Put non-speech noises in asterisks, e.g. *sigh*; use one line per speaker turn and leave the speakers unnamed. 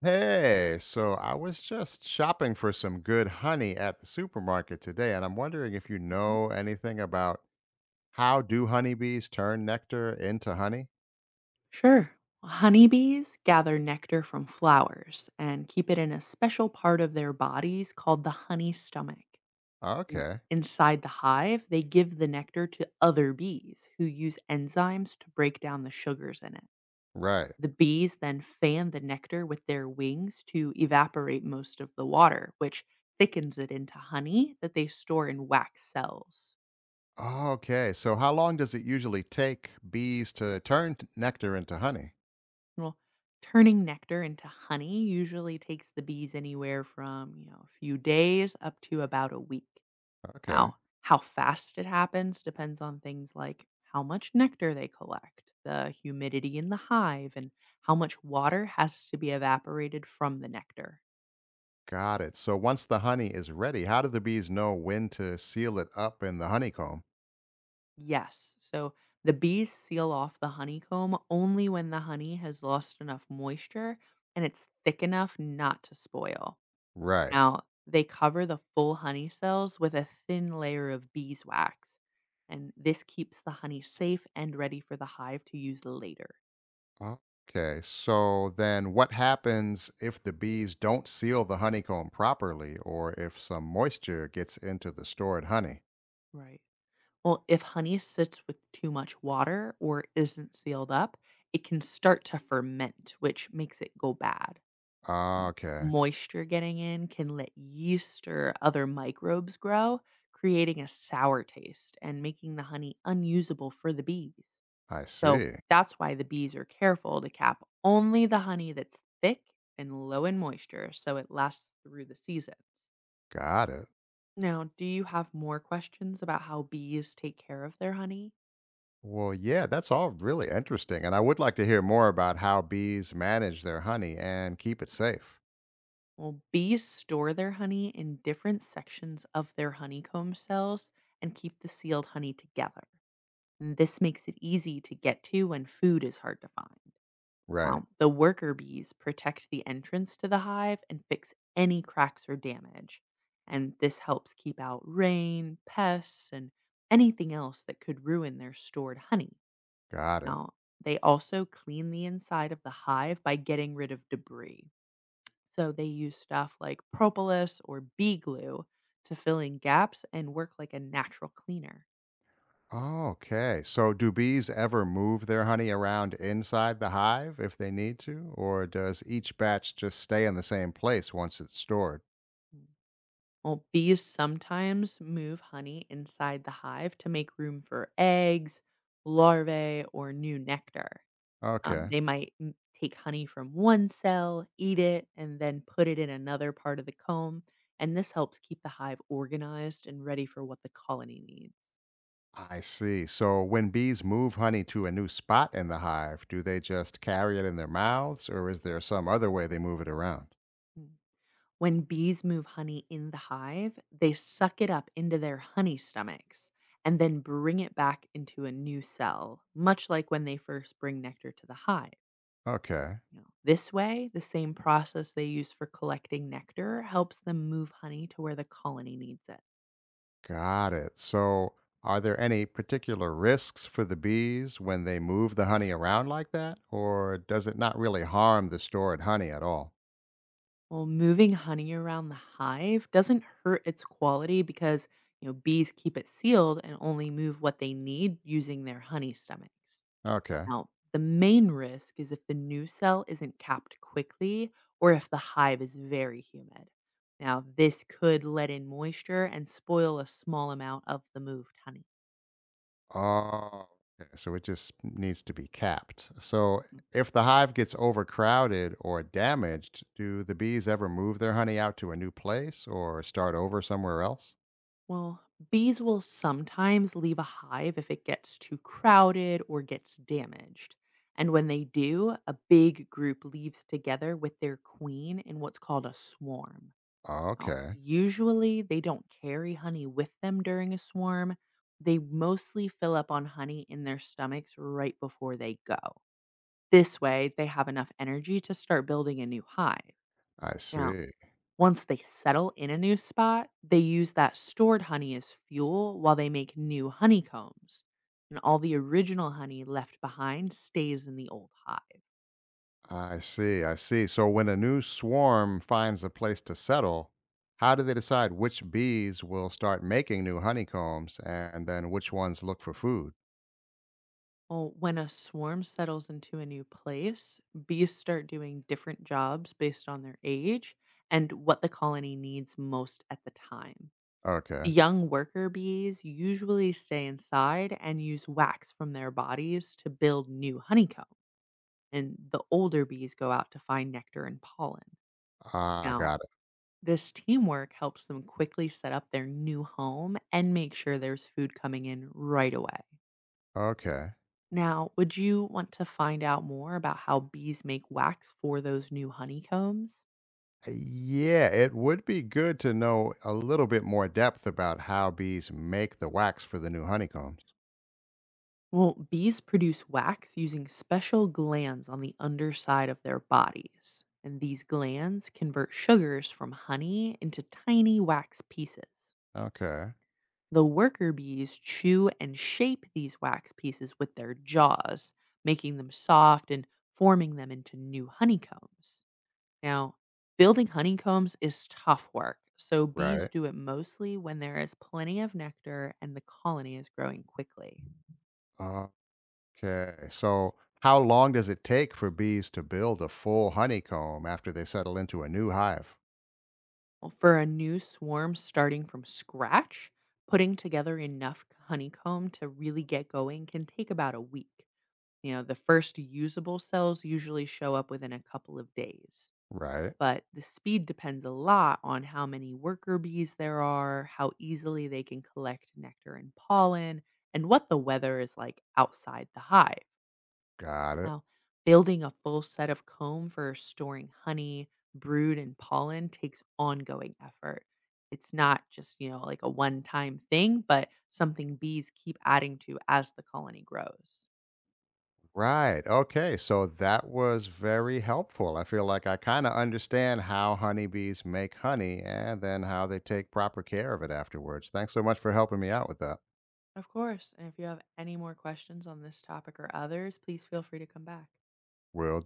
Hey, so I was just shopping for some good honey at the supermarket today, and I'm wondering if you know anything about how do honeybees turn nectar into honey?
Sure. Honeybees gather nectar from flowers and keep it in a special part of their bodies called the honey stomach. And
Okay,
inside the hive, they give the nectar to other bees who use enzymes to break down the sugars in it.
right.
The bees then fan the nectar with their wings to evaporate most of the water, which thickens it into honey that they store in wax cells.
Okay, so how long does it usually take bees to turn nectar into honey?
Well, turning nectar into honey usually takes the bees anywhere from, a few days up to about a week.
Okay,
Now, how fast it happens depends on things like how much nectar they collect, the humidity in the hive, and how much water has to be evaporated from the nectar.
got it. So once the honey is ready, how do the bees know when to seal it up in the honeycomb?
Yes, so the bees seal off the honeycomb only when the honey has lost enough moisture and it's thick enough not to spoil.
Right.
Now, they cover the full honey cells with a thin layer of beeswax, and this keeps the honey safe and ready for the hive to use later.
Okay, so then what happens if the bees don't seal the honeycomb properly or if some moisture gets into the stored honey?
Right. Well, if honey sits with too much water or isn't sealed up, it can start to ferment, which makes it go bad. Uh,
Okay,
Moisture getting in can let yeast or other microbes grow, creating a sour taste and making the honey unusable for the bees.
I
So
see.
that's why the bees are careful to cap only the honey that's thick and low in moisture so it lasts through the seasons.
Got it.
Now, do you have more questions about how bees take care of their honey?
Well, yeah, that's all really interesting. And I would like to hear more about how bees manage their honey and keep it safe.
Well, bees store their honey in different sections of their honeycomb cells and keep the sealed honey together. And this makes it easy to get to when food is hard to find.
Right.
Now, the worker bees protect the entrance to the hive and fix any cracks or damage. And this helps keep out rain, pests, and anything else that could ruin their stored honey.
Got it.
Now, they also clean the inside of the hive by getting rid of debris. So they use stuff like propolis or bee glue to fill in gaps and work like a natural cleaner.
Okay, so do bees ever move their honey around inside the hive if they need to, or does each batch just stay in the same place once it's stored?
Well, bees sometimes move honey inside the hive to make room for eggs, larvae, or new nectar.
Okay.
They might take honey from one cell, eat it, and then put it in another part of the comb. And this helps keep the hive organized and ready for what the colony needs.
I see. So when bees move honey to a new spot in the hive, do they just carry it in their mouths or is there some other way they move it around?
Mm. When bees move honey in the hive, they suck it up into their honey stomachs and then bring it back into a new cell, much like when they first bring nectar to the hive.
Okay.
You know, this way, the same process they use for collecting nectar helps them move honey to where the colony needs it.
Got it. So are there any particular risks for the bees when they move the honey around like that or does it not really harm the stored honey at all?
Well, moving honey around the hive doesn't hurt its quality because, bees keep it sealed and only move what they need using their honey stomachs.
Okay.
Now, the main risk is if the new cell isn't capped quickly or if the hive is very humid. Now, this could let in moisture and spoil a small amount of the moved honey.
Oh, okay. So it just needs to be capped. So if the hive gets overcrowded or damaged, do the bees ever move their honey out to a new place or start over somewhere else?
Well, bees will sometimes leave a hive if it gets too crowded or gets damaged. And when they do, a big group leaves together with their queen in what's called a swarm. Now,
Okay.
usually they don't carry honey with them during a swarm. They mostly fill up on honey in their stomachs right before they go. This way, they have enough energy to start building a new hive.
I
Now,
see.
once they settle in a new spot, they use that stored honey as fuel while they make new honeycombs. And all the original honey left behind stays in the old hive.
I see. I see. So when a new swarm finds a place to settle, how do they decide which bees will start making new honeycombs and then which ones look for food?
Well, when a swarm settles into a new place, bees start doing different jobs based on their age and what the colony needs most at the time.
Okay.
Young worker bees usually stay inside and use wax from their bodies to build new honeycombs. And the older bees go out to find nectar and pollen.
Ah, I
Now,
got it.
*laughs* this teamwork helps them quickly set up their new home and make sure there's food coming in right away.
Okay.
Now, would you want to find out more about how bees make wax for those new honeycombs?
Yeah, it would be good to know a little bit more depth about how bees make the wax for the new honeycombs.
Well, bees produce wax using special glands on the underside of their bodies. And these glands convert sugars from honey into tiny wax pieces.
Okay,
The worker bees chew and shape these wax pieces with their jaws, making them soft and forming them into new honeycombs. Now, building honeycombs is tough work, so bees
right.
do it mostly when there is plenty of nectar and the colony is growing quickly.
Okay, so how long does it take for bees to build a full honeycomb after they settle into a new hive?
Well, for a new swarm starting from scratch, putting together enough honeycomb to really get going can take about a week. You know, the first usable cells usually show up within a couple of days.
Right,
But the speed depends a lot on how many worker bees there are, how easily they can collect nectar and pollen, and what the weather is like outside the hive.
got it.
Now, building a full set of comb for storing honey, brood, and pollen takes ongoing effort. It's not just, like a one time thing, but something bees keep adding to as the colony grows.
Right, okay, so that was very helpful. I feel like I kind of understand how honeybees make honey and then how they take proper care of it afterwards. Thanks so much for helping me out with that.
Of course. And if you have any more questions on this topic or others, please feel free to come back.
Will